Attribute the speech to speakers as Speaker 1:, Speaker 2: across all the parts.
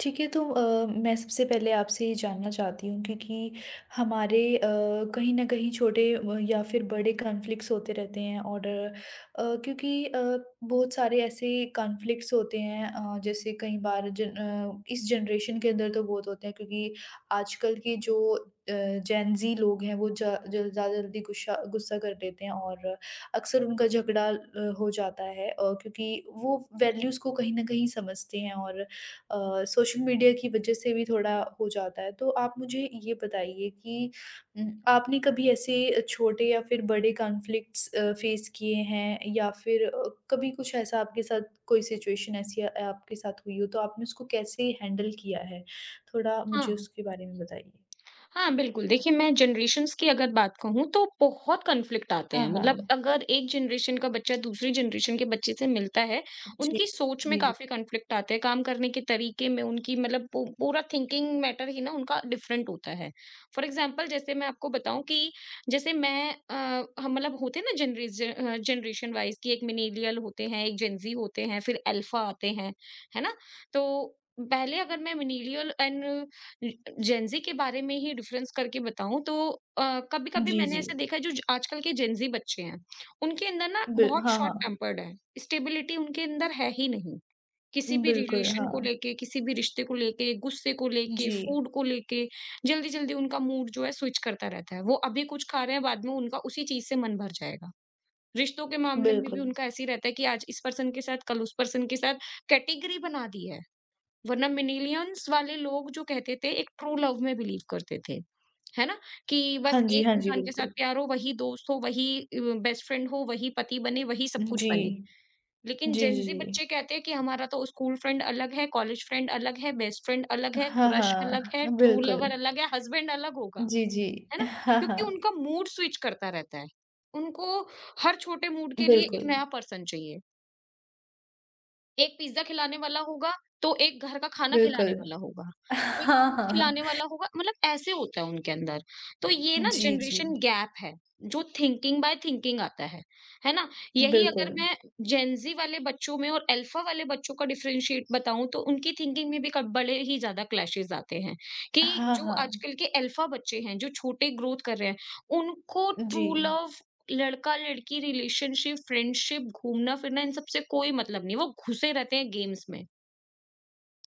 Speaker 1: ठीक है, तो मैं सबसे पहले आपसे ये जानना चाहती हूँ क्योंकि हमारे कहीं न कहीं छोटे या फिर बड़े कॉन्फ्लिक्ट्स होते रहते हैं और क्योंकि बहुत सारे ऐसे कॉन्फ्लिक्ट्स होते हैं जैसे कई बार इस जनरेशन के अंदर तो बहुत होते हैं क्योंकि आजकल के जो अ, जेन ज़ी लोग हैं वो जा ज ज़्यादा जल्दी गुस्सा गुस्सा कर लेते हैं और अक्सर उनका झगड़ा हो जाता है क्योंकि वो वैल्यूज़ को कहीं न कहीं समझते हैं और सोशल मीडिया की वजह से भी थोड़ा हो जाता है। तो आप मुझे ये बताइए कि आपने कभी ऐसे छोटे या फिर बड़े कॉन्फ्लिक्ट्स फेस किए हैं या फिर कभी कुछ ऐसा आपके साथ कोई सिचुएशन ऐसी आपके साथ हुई हो तो आपने उसको कैसे हैंडल किया है? थोड़ा
Speaker 2: हाँ,
Speaker 1: मुझे उसके बारे में बताइए।
Speaker 2: हाँ, बिल्कुल। देखिए, मैं जनरेशंस की अगर बात कहूँ तो बहुत कॉन्फ्लिक्ट आते
Speaker 1: हाँ,
Speaker 2: हैं। मतलब
Speaker 1: हाँ।
Speaker 2: अगर एक जनरेशन का बच्चा दूसरी जनरेशन के बच्चे से मिलता है,
Speaker 1: जी।
Speaker 2: उनकी सोच में
Speaker 1: जी, जी।
Speaker 2: काफ़ी कॉन्फ्लिक्ट आते हैं, काम करने के तरीके में उनकी मतलब पू पूरा थिंकिंग मैटर ही ना उनका डिफरेंट होता है। फॉर एग्ज़ाम्पल जैसे मैं आपको बताऊँ कि जैसे हम मतलब होते हैं ना जनरेशन वाइज़ कि एक मिलेनियल होते हैं, एक जेन ज़ी होते हैं, फिर अल्फ़ा आते हैं, है ना? तो पहले अगर मैं मिलेनियल एंड जेनज़ी के बारे में ही डिफरेंस करके बताऊँ तो कभी-कभी
Speaker 1: जी,
Speaker 2: मैंने
Speaker 1: जी।
Speaker 2: ऐसा देखा है जो ज आजकल के जेनज़ी बच्चे हैं, उनके अंदर ना
Speaker 1: बिल
Speaker 2: बहुत
Speaker 1: हाँ,
Speaker 2: शॉर्ट
Speaker 1: हाँ।
Speaker 2: टेम्पर्ड है, स्टेबिलिटी उनके अंदर है ही नहीं। किसी भी
Speaker 1: बिल्कुल,
Speaker 2: रिलेशन को
Speaker 1: हाँ।
Speaker 2: लेके, किसी भी रिश्ते को लेके, गुस्से को लेके,
Speaker 1: जी,
Speaker 2: फूड को लेके, जल्दी-जल्दी उनका मूड जो है स्विच करता रहता है। वो अभी कुछ खा रहे हैं, बाद में उनका उसी चीज़ से मन भर जाएगा। रिश्तों के मामले में भी
Speaker 1: बिल्कुल।
Speaker 2: उनका ऐसे ही रहता है कि आज इस पर्सन के साथ, कल उस पर्सन के साथ, कैटेगरी बना दी है। वरना मिनिलियंस वाले लोग जो कहते थे एक ट्रू लव में बिलीव करते थे। है ना? कि
Speaker 1: हाँ
Speaker 2: बस
Speaker 1: जी,
Speaker 2: एक
Speaker 1: हाँ जी,
Speaker 2: इंसान के साथ
Speaker 1: बिल्कुल।
Speaker 2: प्यार हो, वही दोस्त हो, वही बेस्ट फ्रेंड हो, वही पति बने, वही सब कुछ
Speaker 1: जी।
Speaker 2: बने। लेकिन
Speaker 1: जी,
Speaker 2: जेन
Speaker 1: जी,
Speaker 2: ज़ी
Speaker 1: जी।
Speaker 2: बच्चे कहते हैं कि हमारा तो स्कूल फ्रेंड अलग है, कॉलेज फ्रेंड अलग है, बेस्ट फ्रेंड अलग है,
Speaker 1: हाँ,
Speaker 2: क्रश अलग है,
Speaker 1: हाँ।
Speaker 2: ट्रू लवर
Speaker 1: बिल्कुल।
Speaker 2: अलग है, हस्बैंड अलग होगा।
Speaker 1: जी, जी।
Speaker 2: है ना?
Speaker 1: हाँ,
Speaker 2: क्योंकि
Speaker 1: हाँ।
Speaker 2: उनका मूड स्विच करता रहता है। उनको हर छोटे मूड के लिए एक
Speaker 1: बिल्कुल,
Speaker 2: नया पर्सन चाहिए। एक पिज़्ज़ा खिलाने वाला होगा, तो एक घर का खाना खिलाने
Speaker 1: बिल्कुल।
Speaker 2: वाला होगा, एक
Speaker 1: हाँ,
Speaker 2: फ्रूट
Speaker 1: हाँ। हाँ।
Speaker 2: खिलाने वाला होगा, मतलब ऐसे होता है उनके अंदर। तो ये ना
Speaker 1: जी, जी।
Speaker 2: जनरेशन गैप है, जो थिंकिंग बाय थिंकिंग आता है ना? यही अगर
Speaker 1: बिल्कुल।
Speaker 2: मैं जेन ज़ी वाले बच्चों में और अल्फ़ा वाले बच्चों का डिफरेंशिएट बताऊँ, तो उनकी थिंकिंग में भी क बड़े ही ज़्यादा क्लैशेज़ आते हैं कि
Speaker 1: हाँ,
Speaker 2: जो
Speaker 1: हाँ।
Speaker 2: आजकल के अल्फ़ा बच्चे हैं, जो छोटे ग्रोथ कर रहे हैं, उनको
Speaker 1: जी।
Speaker 2: ट्रू लव लड़का-लड़की रिलेशनशिप, फ्रेंडशिप, घूमना-फिरना इन सब से कोई मतलब नहीं, वो घुसे रहते हैं गेम्स में।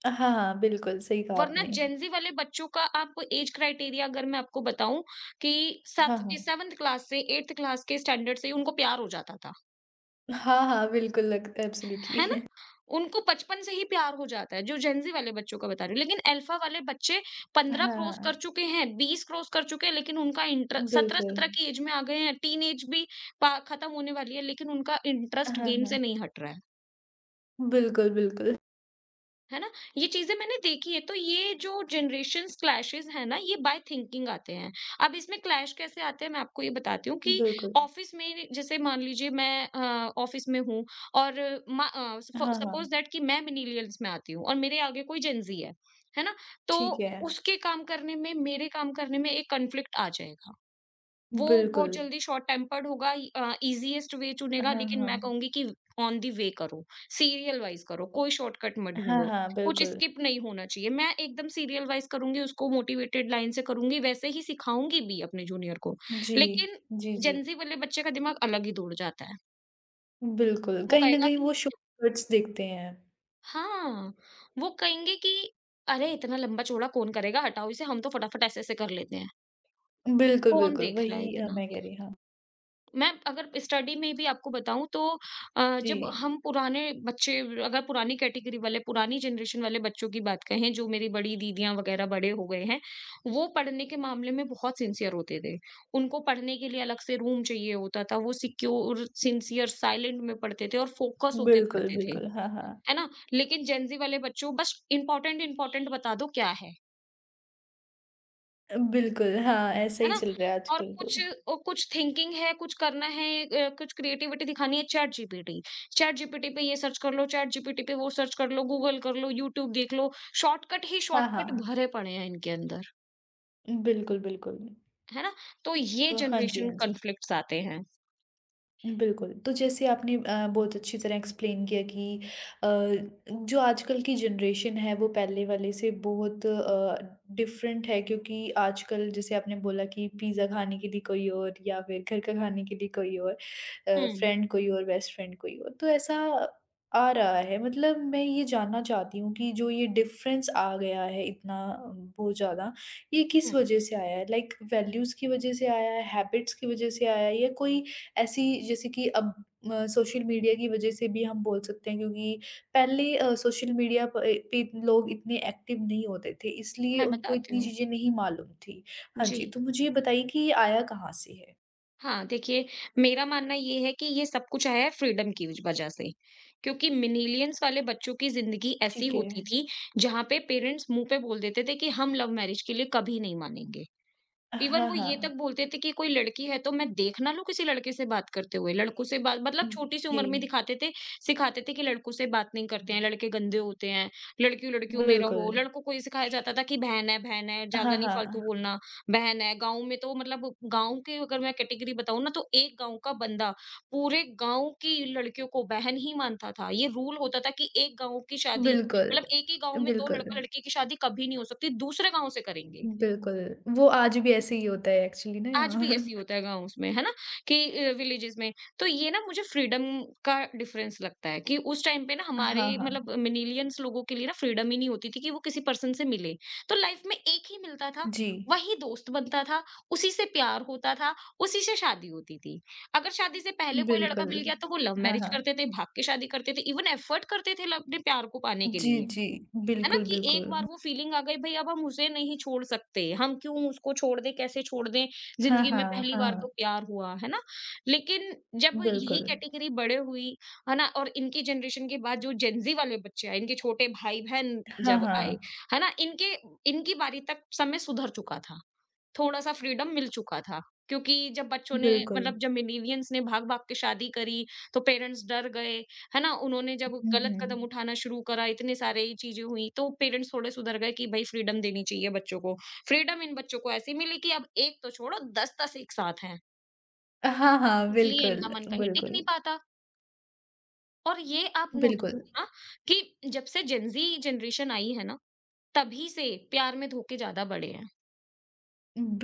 Speaker 1: हाँ, हाँ। बिल्कुल, सही कहा
Speaker 2: वरना
Speaker 1: आपने।
Speaker 2: जेन ज़ी वाले बच्चों का आप ऐज क्राइटेरिया अगर मैं आपको बताऊँ कि
Speaker 1: हाँ,
Speaker 2: सात
Speaker 1: हाँ।
Speaker 2: 7th क्लास से 8th क्लास के स्टैंडर्ड से ही उनको प्यार हो जाता था,
Speaker 1: हाँ, हाँ। बिल्कुल लग
Speaker 2: है ना?
Speaker 1: एब्सोल्यूटली।
Speaker 2: उनको बचपन से ही प्यार हो जाता है, जो जेन ज़ी वाले बच्चों का बता रही हूँ। लेकिन अल्फा वाले बच्चे 15 क्रॉस
Speaker 1: हाँ,
Speaker 2: कर चुके हैं, 20 क्रॉस कर चुके हैं, लेकिन उनका इंटर
Speaker 1: बिल्कुल।
Speaker 2: 17-17 की ऐज में आ गए हैं, टीन ऐज भी पा खत्म होने वाली है, लेकिन उनका
Speaker 1: हाँ,
Speaker 2: इंटरेस्ट गेम से
Speaker 1: हाँ।
Speaker 2: नहीं हट रहा है।
Speaker 1: बिल्कुल, बिल्कुल।
Speaker 2: है ना? ये चीज़ें मैंने देखी है, तो ये जो जनरेशंस क्लैशेस हैं ना, ये बाय थिंकिंग आते हैं। अब इसमें क्लैश कैसे आते हैं, मैं आपको ये बताती हूँ कि
Speaker 1: बिल्कुल।
Speaker 2: ऑफ़िस में जैसे मान लीजिए ऑफ़िस में हूँ और मा अ, सपो
Speaker 1: हाँ,
Speaker 2: सपोज़
Speaker 1: हाँ।
Speaker 2: दैट कि मैं मिलेनियल्स में आती हूँ और मेरे आगे कोई जेन ज़ी है ना? तो
Speaker 1: ठीक है।
Speaker 2: उसके काम करने में, मेरे काम करने में एक कॉन्फ्लिक्ट आ जाएगा। वो बहुत
Speaker 1: बिल्कुल।
Speaker 2: जल्दी शॉर्ट टेम्पर्ड होगा, ईज़ीएस्ट वे चुनेगा,
Speaker 1: हाँ,
Speaker 2: लेकिन मैं
Speaker 1: हाँ।
Speaker 2: कहूँगी कि ऑन द वे करो, सीरियल वाइज़ करो, कोई शॉर्टकट मत
Speaker 1: हाँ,
Speaker 2: ढूँढो,
Speaker 1: हाँ।
Speaker 2: कुछ
Speaker 1: बिल्कुल।
Speaker 2: स्किप नहीं होना चाहिए। मैं एकदम सीरियल वाइज़ करूँगी, उसको मोटिवेटेड लाइन से करूँगी, वैसे ही सिखाऊँगी भी अपने जूनियर को।
Speaker 1: जी।
Speaker 2: लेकिन
Speaker 1: जी, जी।
Speaker 2: जेन ज़ी वाले बच्चे का दिमाग अलग ही दौड़ जाता है।
Speaker 1: बिल्कुल,
Speaker 2: वो
Speaker 1: कहीं न
Speaker 2: कहेगा
Speaker 1: कहीं
Speaker 2: कि
Speaker 1: वो शॉर्टकट्स देखते हैं।
Speaker 2: हाँ, वो कहेंगे कि अरे! इतना लंबा चौड़ा कौन करेगा? हटाओ इसे, हम तो फटाफट ऐसे-ऐसे कर लेते हैं।
Speaker 1: बिल्कुल,
Speaker 2: कौन
Speaker 1: बिल्कुल,
Speaker 2: देख रहा है
Speaker 1: वही
Speaker 2: इतना?
Speaker 1: मैं कह रही हाँ,
Speaker 2: मैं अगर स्टडी में भी आपको बताऊँ तो
Speaker 1: जी।
Speaker 2: जब हम पुराने बच्चे, अगर पुरानी कैटेगरी वाले पुरानी जनरेशन वाले बच्चों की बात कहें, जो मेरी बड़ी दीदियां वगैरह बड़े हो गए हैं, वो पढ़ने के मामले में बहुत सिंसियर होते थे। उनको पढ़ने के लिए अलग से रूम चाहिए होता था, वो सिक्योर सिंसियर साइलेंट में पढ़ते थे और फोकस होके
Speaker 1: बिल्कुल,
Speaker 2: पढ़ते थे,
Speaker 1: बिल्कुल, हाँ, हाँ।
Speaker 2: है ना? लेकिन जेंजी वाले बच्चों, बस इंपॉर्टेंट इंपॉर्टेंट बता दो क्या है
Speaker 1: बिल्कुल, हाँ, ऐसा
Speaker 2: है
Speaker 1: ही
Speaker 2: ना?
Speaker 1: चल रहा है
Speaker 2: और
Speaker 1: आजकल तो।
Speaker 2: कुछ थिंकिंग है, कुछ करना है, कुछ क्रिएटिविटी दिखानी है, चैट जीपीटी। चैट जीपीटी पे ये सर्च कर लो, चैट जीपीटी पे वो सर्च कर लो, गूगल कर लो, यूट्यूब देख लो, शॉर्टकट ही
Speaker 1: हाँ, हाँ,
Speaker 2: शॉर्टकट
Speaker 1: हाँ,
Speaker 2: भरे पड़े हैं इनके अंदर,
Speaker 1: बिल्कुल, बिल्कुल।
Speaker 2: है ना? तो ये
Speaker 1: तो हाँ जी,
Speaker 2: जनरेशन
Speaker 1: हाँ जी।
Speaker 2: कॉन्फ्लिक्ट्स आते हैं।
Speaker 1: बिल्कुल, तो जैसे आपने बहुत अच्छी तरह एक्सप्लेन किया कि अ, जो आजकल की जनरेशन है वो पहले वाले से बहुत डिफरेंट है क्योंकि आजकल जैसे आपने बोला कि पिज़्ज़ा खाने के लिए कोई और या फिर घर का खाने के लिए कोई और
Speaker 2: हुँ,
Speaker 1: फ्रेंड कोई और, बेस्ट फ्रेंड कोई और, तो ऐसा आ रहा है। मतलब मैं ये जानना चाहती हूँ कि जो ये डिफरेंस आ गया है इतना बहुत ज़्यादा, ये
Speaker 2: हुँ,
Speaker 1: किस वजह से आया है? लाइक वैल्यूज़ की वजह से आया है, हैबिट्स की वजह से आया है या कोई ऐसी जैसे कि अब सोशल मीडिया की वजह से भी हम बोल सकते हैं क्योंकि पहले सोशल मीडिया प पे लोग इतने एक्टिव नहीं होते थे, इसलिए
Speaker 2: मैं
Speaker 1: उनको
Speaker 2: बताती
Speaker 1: इतनी
Speaker 2: हूँ।
Speaker 1: चीज़ें नहीं मालूम थी। हाँ
Speaker 2: जी।
Speaker 1: जी, तो मुझे ये बताइए कि ये आया कहाँ से है?
Speaker 2: हाँ, देखिए, मेरा मानना ये है कि ये सब कुछ आया है फ्रीडम की वजह से। क्योंकि मिलेनियल्स वाले बच्चों की ज़िंदगी ऐसी
Speaker 1: ठीक
Speaker 2: होती
Speaker 1: है।
Speaker 2: थी, जहाँ पे पेरेंट्स मुँह पे बोल देते थे कि हम लव मैरिज के लिए कभी नहीं मानेंगे। इवन
Speaker 1: हाँ,
Speaker 2: वो ये तक
Speaker 1: हाँ।
Speaker 2: बोलते थे कि कोई लड़की है तो मैं देख ना लूँ किसी लड़के से बात करते हुए, लड़कों से बात मतलब
Speaker 1: उम,
Speaker 2: छोटी सी उम्र में
Speaker 1: जी,
Speaker 2: दिखाते थे, सिखाते थे कि लड़कों से बात नहीं करते हैं, लड़के गंदे होते हैं, लड़कियों-लड़कियों में रहो।
Speaker 1: बिल्कुल।
Speaker 2: लड़कों को ये सिखाया जाता था कि बहन है,
Speaker 1: हाँ,
Speaker 2: ज़्यादा नहीं फालतू
Speaker 1: हाँ।
Speaker 2: बोलना, बहन है। गाँव में तो मतलब गाँव की अगर मैं कैटेगरी बताऊँ ना, तो एक गाँव का बंदा पूरे गाँव की लड़कियों को बहन ही मानता था। ये रूल होता था कि एक गाँव की शादी
Speaker 1: बिल्कुल,
Speaker 2: मतलब एक ही गाँव में 2
Speaker 1: बिल्कुल,
Speaker 2: लड़का-लड़की की शादी कभी नहीं हो सकती, दूसरे गाँव से करेंगे।
Speaker 1: बिल्कुल। वो आज भी ऐसे ही होता है एक्चुअली ना
Speaker 2: आज भी
Speaker 1: यहाँ।
Speaker 2: ऐसे ही होता है गाँव उसमें, है ना? कि विलेजेस में। तो ये ना मुझे फ्रीडम का डिफरेंस लगता है कि उस टाइम पे ना हमारे
Speaker 1: हाँ, हाँ।
Speaker 2: मतलब मिलेनियल्स लोगों के लिए ना फ्रीडम ही नहीं होती थी कि वो किसी पर्सन से मिले। तो लाइफ में एक ही मिलता था,
Speaker 1: जी,
Speaker 2: वही दोस्त बनता था, उसी से प्यार होता था, उसी से शादी होती थी। अगर शादी से पहले कोई लड़का
Speaker 1: बिल्कुल।
Speaker 2: मिल गया तो वो लव
Speaker 1: हाँ,
Speaker 2: मैरिज
Speaker 1: हाँ।
Speaker 2: करते थे, भाग के शादी करते थे, इवन एफर्ट करते थे ल अपने प्यार को पाने के
Speaker 1: जी,
Speaker 2: लिए।
Speaker 1: जी।
Speaker 2: है ना?
Speaker 1: बिल्कुल,
Speaker 2: कि एक
Speaker 1: बिल्कुल।
Speaker 2: बार वो फीलिंग आ गई, भाई अब हम उसे नहीं छोड़ सकते, हम क्यों उसको छोड़ दें, कैसे छोड़ दें,
Speaker 1: हाँ,
Speaker 2: जिंदगी में
Speaker 1: हाँ,
Speaker 2: पहली बार तो
Speaker 1: हाँ,
Speaker 2: प्यार हुआ है ना। लेकिन जब यही
Speaker 1: बिल्कुल।
Speaker 2: कैटेगरी बड़े हुई, है ना, और इनकी जनरेशन के बाद जो जेंजी वाले बच्चे आए, इनके छोटे भाई बहन
Speaker 1: हाँ,
Speaker 2: जब आए,
Speaker 1: हाँ,
Speaker 2: है ना, इनके इनकी बारी तक समय सुधर चुका था, थोड़ा-सा फ्रीडम मिल चुका था। क्योंकि जब बच्चों ने
Speaker 1: बिल्कुल।
Speaker 2: मतलब जब मिलेनियल्स ने भाग-भाग के शादी करी, तो पेरेंट्स डर गए, है ना? उन्होंने जब
Speaker 1: हुँ,
Speaker 2: गलत कदम
Speaker 1: हुँ।
Speaker 2: उठाना शुरू करा, इतनी सारी चीज़ें हुई, तो पेरेंट्स थोड़े सुधर गए कि भई फ्रीडम देनी चाहिए बच्चों को। फ्रीडम इन बच्चों को ऐसी मिली कि अब एक तो छोड़ो, 10-10 एक साथ हैं,
Speaker 1: हाँ, हाँ,
Speaker 2: इसलिए
Speaker 1: बिल्कुल,
Speaker 2: इनका मन कहीं टिक
Speaker 1: बिल्कुल,
Speaker 2: नहीं पाता। और ये आप नोटिस
Speaker 1: बिल्कुल।
Speaker 2: करना कि जब से जेन ज़ी जनरेशन आई है ना, तभी से प्यार में धोखे ज़्यादा बढ़े हैं।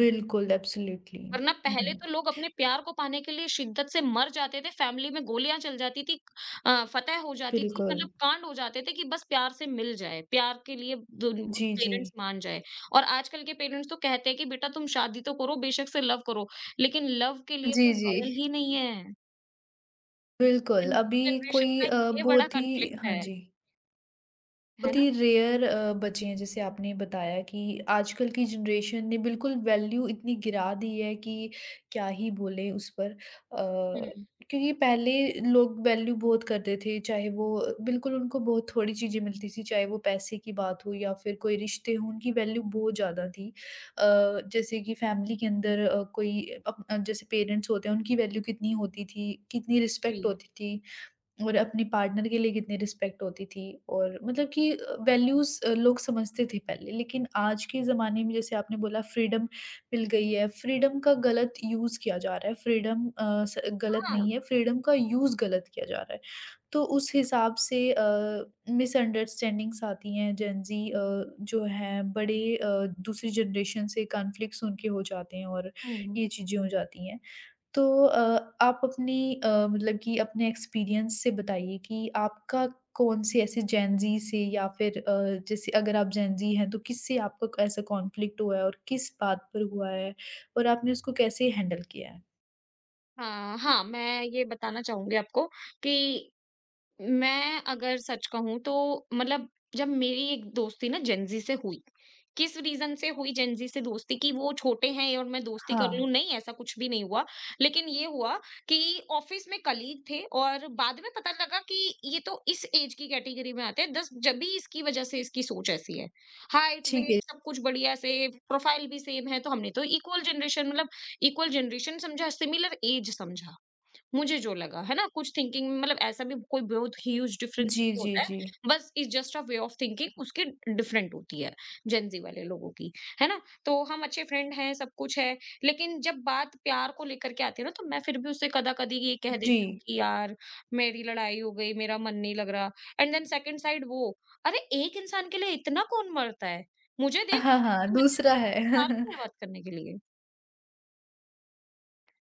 Speaker 1: बिल्कुल, एब्सोल्यूटली।
Speaker 2: वरना
Speaker 1: हुँ,
Speaker 2: पहले
Speaker 1: हुँ,
Speaker 2: तो लोग अपने प्यार को पाने के लिए शिद्दत से मर जाते थे, फैमिली में गोलियाँ चल जाती थी, फतह हो जाती थी,
Speaker 1: बिल्कुल।
Speaker 2: मतलब कांड हो जाते थे कि बस प्यार से मिल जाए, प्यार के लिए दुन
Speaker 1: जी, जी।
Speaker 2: पेरेंट्स मान जाए। और आजकल के पेरेंट्स तो कहते हैं कि बेटा तुम शादी तो करो, बेशक से लव करो, लेकिन लव के लिए
Speaker 1: जी,
Speaker 2: कोई
Speaker 1: जी,
Speaker 2: लॉयल ही नहीं है।
Speaker 1: बिल्कुल। अभी
Speaker 2: जनरेशन
Speaker 1: कोई
Speaker 2: का ये बड़ा
Speaker 1: बहुत ही
Speaker 2: कॉन्फ्लिक्ट
Speaker 1: हाँ जी।
Speaker 2: है
Speaker 1: बहुत
Speaker 2: ना?
Speaker 1: ही रेयर बचे हैं जैसे आपने बताया कि आजकल की जनरेशन ने बिल्कुल वैल्यू इतनी गिरा दी है कि क्या ही बोलें उस पर
Speaker 2: हुँ,
Speaker 1: क्योंकि पहले लोग वैल्यू बहुत करते थे चाहे वो बिल्कुल उनको बहुत थोड़ी चीज़ें मिलती थी चाहे वो पैसे की बात हो या फिर कोई रिश्ते हों उनकी वैल्यू बहुत ज़्यादा थी अ, जैसे कि फैमिली के अंदर कोई जैसे पेरेंट्स होते हैं उनकी वैल्यू कितनी होती थी कितनी
Speaker 2: जी।
Speaker 1: रिस्पेक्ट होती थी और अपने पार्टनर के लिए कितनी रिस्पेक्ट होती थी और मतलब कि वैल्यूज़ लोग समझते थे पहले। लेकिन आज के ज़माने में जैसे आपने बोला फ्रीडम मिल गई है, फ्रीडम का गलत यूज़ किया जा रहा है। फ्रीडम अ, स गलत
Speaker 2: हाँ।
Speaker 1: नहीं है, फ्रीडम का यूज़ गलत किया जा रहा है। तो उस हिसाब से मिसअंडरस्टैंडिंग्स आती हैं, जेन ज़ी जो हैं बड़े दूसरी जनरेशन से कॉन्फ्लिक्ट्स उनके हो जाते हैं और
Speaker 2: हुँ,
Speaker 1: ये चीज़ें हो जाती हैं। तो आप अपनी मतलब कि अपने एक्सपीरियंस से बताइए कि आपका कौन-सी ऐसे जेन ज़ी से या फिर जैसे अगर आप जेन ज़ी हैं, तो किससे आपका क ऐसा कॉन्फ्लिक्ट हुआ है और किस बात पर हुआ है? और आपने उसको कैसे हैंडल किया है?
Speaker 2: हाँ, हाँ, मैं ये बताना चाहूँगी आपको कि मैं अगर सच कहूँ तो मतलब, जब मेरी एक दोस्ती ना जेनजी से हुई, किस रीज़न से हुई जेनजी से दोस्ती, कि वो छोटे हैं और मैं दोस्ती कर
Speaker 1: हाँ,
Speaker 2: लूँ, नहीं ऐसा कुछ भी नहीं हुआ। लेकिन ये हुआ कि ऑफ़िस में कलीग थे और बाद में पता लगा कि ये तो इस ऐज की कैटेगरी में आते हैं, 10 जब भी इसकी वज़ह से इसकी सोच ऐसी है। हाइट,
Speaker 1: ठीक है।
Speaker 2: वेट सब कुछ बढ़िया से, प्रोफ़ाइल भी सेम है, तो हमने तो इक्वल जनरेशन मतलब इक्वल जनरेशन समझा, सिमिलर ऐज समझा। मुझे जो लगा, है ना? कुछ थिंकिंग मतलब ऐसा भी कोई बहुत ह्यूज डिफरेंस
Speaker 1: जी,
Speaker 2: नहीं
Speaker 1: जी,
Speaker 2: होता है,
Speaker 1: जी।
Speaker 2: बस it's just a way of thinking उसकी डिफरेंट होती है, जेन ज़ी वाले लोगों की, है ना? तो हम अच्छे फ्रेंड हैं, सब कुछ है, लेकिन जब बात प्यार को लेकर के आती है ना, तो मैं फिर भी उससे कदा-कदी ये कह देती
Speaker 1: जी।
Speaker 2: हूँ कि यार मेरी लड़ाई हो गई, मेरा मन नहीं लग रहा, एंड देन सेकंड साइड वो, अरे एक इंसान के लिए इतना कौन मरता है? मुझे देख
Speaker 1: हाँ,
Speaker 2: कभी
Speaker 1: हाँ,
Speaker 2: ऐसे मत कर, मैं
Speaker 1: दूसरा
Speaker 2: तो
Speaker 1: है।
Speaker 2: काफ़ी साल की है बात करने के लिए।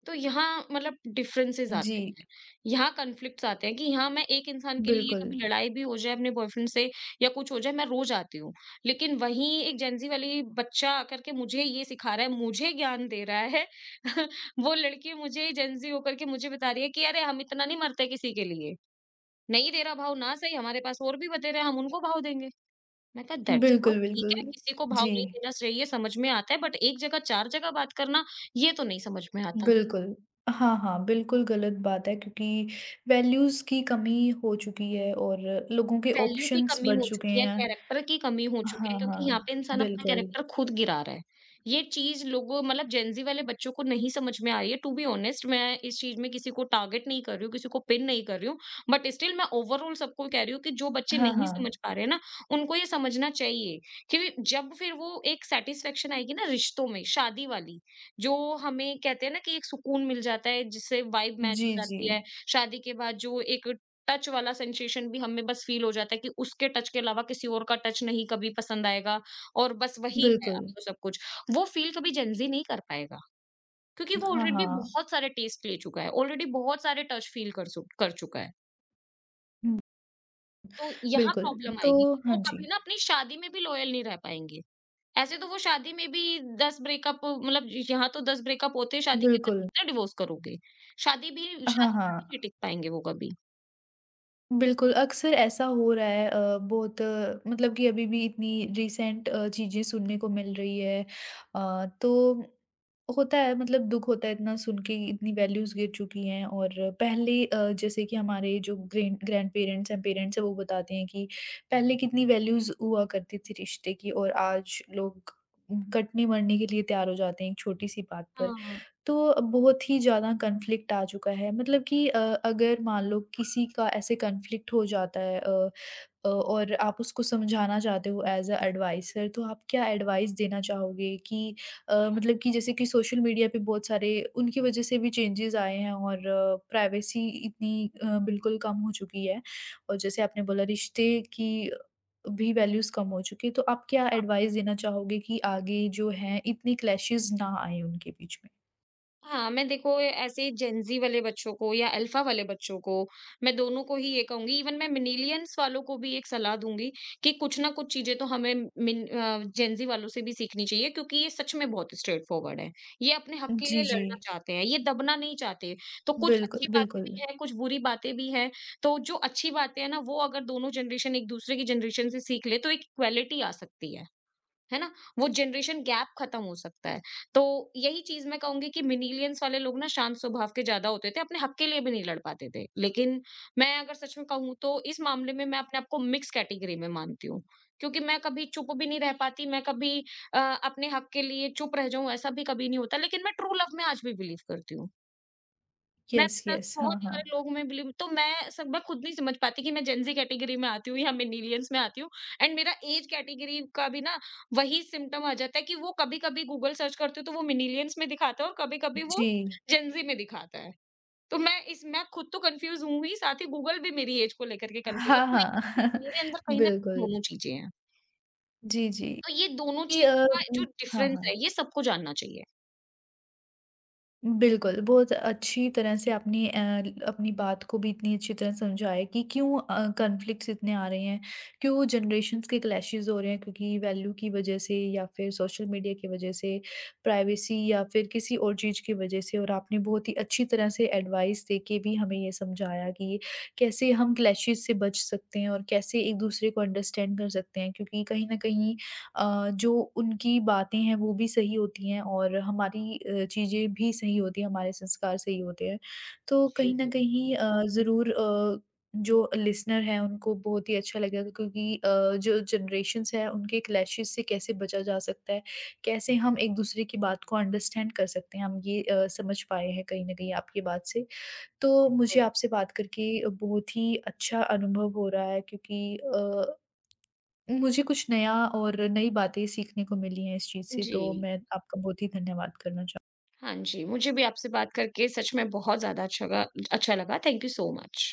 Speaker 2: तो यहाँ मतलब डिफरेंसेस आते
Speaker 1: जी,
Speaker 2: हैं। यहाँ कॉन्फ्लिक्ट्स आते हैं कि यहाँ मैं एक इंसान के लिए
Speaker 1: बिल्कुल।
Speaker 2: कभी लड़ाई भी हो जाए अपने बॉयफ्रेंड से या कुछ हो जाए, मैं रो जाती हूँ। लेकिन वहीं एक जेनज़ी वाली बच्चा आकर के मुझे ये सिखा रहा है, मुझे ज्ञान दे रहा है। वो लड़की मुझे जेनज़ी होकर के मुझे बता रही है कि अरे, हम इतना नहीं मरते किसी के लिए। नहीं दे रहा भाव ना सही, हमारे पास और भी बतेरे हैं, हम उनको भाव देंगे। मैं कहा दैट्स गुड,
Speaker 1: बिल्कुल,
Speaker 2: ठीक है,
Speaker 1: बिल्कुल।
Speaker 2: किसी को भाव
Speaker 1: जी।
Speaker 2: नहीं देना चाहिए, समझ में आता है, बट एक जगह, 4 जगह बात करना, ये तो नहीं समझ में आता।
Speaker 1: बिल्कुल। हाँ, हाँ, बिल्कुल गलत बात है क्योंकि वैल्यूज़ की कमी हो चुकी है और लोगों के
Speaker 2: वैल्यू की
Speaker 1: ऑप्शंस
Speaker 2: कमी
Speaker 1: बढ़
Speaker 2: हो
Speaker 1: चुके
Speaker 2: चुकी है,
Speaker 1: हैं।
Speaker 2: कैरेक्टर की कमी हो चुकी है,
Speaker 1: हाँ,
Speaker 2: क्योंकि यहाँ
Speaker 1: हाँ,
Speaker 2: पे इंसान अपना
Speaker 1: बिल्कुल।
Speaker 2: कैरेक्टर खुद गिरा रहा है। ये चीज़ लोगों मतलब जेन ज़ी वाले बच्चों को नहीं समझ में आ रही है। टू बी ऑनेस्ट, मैं इस चीज़ में किसी को टारगेट नहीं कर रही हूँ, किसी को पिन नहीं कर रही हूँ, बट स्टिल मैं ओवरऑल सबको कह रही हूँ कि जो बच्चे
Speaker 1: हाँ,
Speaker 2: नहीं समझ
Speaker 1: हाँ।
Speaker 2: पा रहे हैं ना, उनको ये समझना चाहिए कि जब फिर वो एक सैटिस्फैक्शन आएगी ना रिश्तों में, शादी वाली, जो हमें कहते हैं ना कि एक सुकून मिल जाता है, जिससे वाइब मैच
Speaker 1: जी,
Speaker 2: हो
Speaker 1: जी।
Speaker 2: जाती है। शादी के बाद जो एक टच वाला सेंसेशन भी हमें बस फ़ील हो जाता है कि उसके टच के अलावा किसी और का टच नहीं कभी पसंद आएगा, और बस वही है अब
Speaker 1: बिल्कुल।
Speaker 2: तो सब कुछ। वो फ़ील कभी जेन ज़ी नहीं कर पाएगा, क्योंकि वो
Speaker 1: हाँ,
Speaker 2: ऑलरेडी
Speaker 1: हाँ।
Speaker 2: बहुत सारे टेस्ट ले चुका है, ऑलरेडी बहुत सारे टच फ़ील कर चुका है।
Speaker 1: हुँ,
Speaker 2: तो यहाँ
Speaker 1: बिल्कुल।
Speaker 2: प्रॉब्लम आएगी
Speaker 1: तो
Speaker 2: कि वो
Speaker 1: हाँ
Speaker 2: कभी
Speaker 1: जी,
Speaker 2: ना अपनी शादी में भी लॉयल नहीं रह पाएँगे। ऐसे तो वो शादी में भी 10 ब्रेकअप मतलब यहाँ तो 10 ब्रेकअप होते हैं, शादी के बाद
Speaker 1: बिल्कुल।
Speaker 2: कितने डिवोर्स करोगे? शादी भी
Speaker 1: हाँ,
Speaker 2: शादी में भी
Speaker 1: हाँ।
Speaker 2: नहीं टिक पाएँगे वो कभी।
Speaker 1: बिल्कुल, अक्सर ऐसा हो रहा है बहुत मतलब कि अभी भी इतनी रिसेंट चीज़ें सुनने को मिल रही है। तो होता है मतलब दुःख होता है इतना सुन के कि इतनी वैल्यूज़ गिर चुकी हैं और पहले जैसे कि हमारे जो ग्रैंडपेरेंट्स हैं, पेरेंट्स हैं वो बताते हैं कि पहले कितनी वैल्यूज़ हुआ करती थी रिश्ते की और आज लोग कटने-मरने के लिए तैयार हो जाते हैं एक छोटी-सी बात पर।
Speaker 2: हाँ।
Speaker 1: तो बहुत ही ज़्यादा कॉन्फ्लिक्ट आ चुका है मतलब कि अगर मान लो किसी का ऐसे कॉन्फ्लिक्ट हो जाता है और आप उसको समझाना चाहते हो एज़ अ एडवाइसर तो आप क्या एडवाइस देना चाहोगे कि मतलब कि जैसे कि सोशल मीडिया पे बहुत सारे उनकी वजह से भी चेंजेस आए हैं और प्राइवेसी इतनी बिल्कुल कम हो चुकी है और जैसे आपने बोला रिश्ते की भी वैल्यूज़ कम हो चुकी है तो आप क्या एडवाइस देना चाहोगे कि आगे जो हैं इतनी क्लैशेस ना आए उनके बीच में?
Speaker 2: हाँ, मैं देखो ऐसे जेनज़ी वाले बच्चों को या अल्फ़ा वाले बच्चों को, मैं दोनों को ही ये कहूँगी, इवन मैं मिलेनियल्स वालों को भी एक सलाह दूँगी कि कुछ ना कुछ चीज़ें तो हमें जेनज़ी वालों से भी सीखनी चाहिए, क्योंकि ये सच में बहुत स्ट्रेट फॉरवर्ड हैं। ये अपने हक के लिए
Speaker 1: जी, जी।
Speaker 2: लड़ना चाहते हैं, ये दबना नहीं चाहते। तो कुछ
Speaker 1: बिल्कुल,
Speaker 2: अच्छी बातें
Speaker 1: बिल्कुल।
Speaker 2: भी हैं, कुछ बुरी बातें भी हैं। तो जो अच्छी बातें हैं ना, वो अगर दोनों जनरेशन एक-दूसरे की जनरेशन से सीख ले, तो एक इक्वालिटी आ सकती है। है ना? वो जनरेशन गैप खत्म हो सकता है। तो यही चीज़ मैं कहूँगी कि मिलेनियल्स वाले लोग ना शांत स्वभाव के ज़्यादा होते थे, अपने हक के लिए भी नहीं लड़ पाते थे। लेकिन मैं अगर सच में कहूँ तो इस मामले में मैं अपने आप को मिक्स कैटेगरी में मानती हूँ। क्योंकि मैं कभी चुप भी नहीं रह पाती, मैं कभी अ, अपने हक के लिए चुप रह जाऊँ ऐसा भी कभी नहीं होता। लेकिन मैं ट्रू लव में आज भी बिलीव करती हूँ।
Speaker 1: यस,
Speaker 2: मैंने 10
Speaker 1: यस।
Speaker 2: बहुत
Speaker 1: हाँ, हाँ।
Speaker 2: सारे लोग में बिलीव तो मैं खुद नहीं समझ पाती कि मैं जेन ज़ी कैटेगरी में आती हूँ या मिलेनियल्स में आती हूँ। एंड मेरा ऐज कैटेगरी का भी ना वही सिम्पटम आ जाता है कि वो कभी-कभी गूगल सर्च करती हूँ, तो वो मिलेनियल्स में दिखाता है, और कभी-कभी वो
Speaker 1: जी।
Speaker 2: जेन ज़ी में दिखाता है। तो मैं खुद तो कन्फ्यूज़ हूँ ही, साथ ही गूगल भी मेरी ऐज को लेकर के कन्फ्यूज़ है।
Speaker 1: हाँ,
Speaker 2: तो मैं ये कहूँगी
Speaker 1: हाँ।
Speaker 2: कि मेरे अंदर कहीं न कहीं
Speaker 1: बिल्कुल।
Speaker 2: दोनों चीज़ें हैं।
Speaker 1: जी, जी।
Speaker 2: तो ये दोनों
Speaker 1: कि अ,
Speaker 2: चीज़ों का जो
Speaker 1: उम हाँ,
Speaker 2: डिफ़रेंस
Speaker 1: हाँ।
Speaker 2: है, ये सबको जानना चाहिए।
Speaker 1: बिल्कुल, बहुत अच्छी तरह से आपने अ, ल अपनी बात को भी इतनी अच्छी तरह समझाया है कि क्यों कॉन्फ्लिक्ट्स इतने आ रहे हैं, क्यों जनरेशंस के क्लैशेज़ हो रहे हैं क्योंकि वैल्यू की वजह से या फिर सोशल मीडिया की वजह से, प्राइवेसी या फिर किसी और चीज़ की वजह से और आपने बहुत ही अच्छी तरह से एडवाइस देके भी हमें ये समझाया कि कैसे हम क्लैशेज़ से बच सकते हैं और कैसे एक-दूसरे को अंडरस्टैंड कर सकते हैं क्योंकि कहीं न कहीं जो उनकी बातें हैं वो भी सही होती हैं और हमारी चीज़ें भी सही होती हैं, हमारे संस्कार सही होते हैं। तो
Speaker 2: जी,
Speaker 1: कहीं न कहीं ज़रूर जो लिसनर हैं उनको बहुत ही अच्छा लगेगा क्योंकि जो जनरेशन्स हैं उनके क्लैशेज़ से कैसे बचा जा सकता है, कैसे हम एक-दूसरे की बात को अंडरस्टैंड कर सकते हैं, हम ये समझ पाए हैं कहीं न कहीं आपकी बात से। तो मुझे
Speaker 2: बिल्कुल।
Speaker 1: आपसे बात करके बहुत ही अच्छा अनुभव हो रहा है क्योंकि मुझे कुछ नया और नई बातें सीखने को मिली हैं इस चीज़ से, तो
Speaker 2: जी।
Speaker 1: मैं आपका बहुत ही धन्यवाद करना चाहूँगी।
Speaker 2: हाँ जी, मुझे भी आपसे बात करके सच में बहुत ज़्यादा अच्छा लगा। Thank you so much.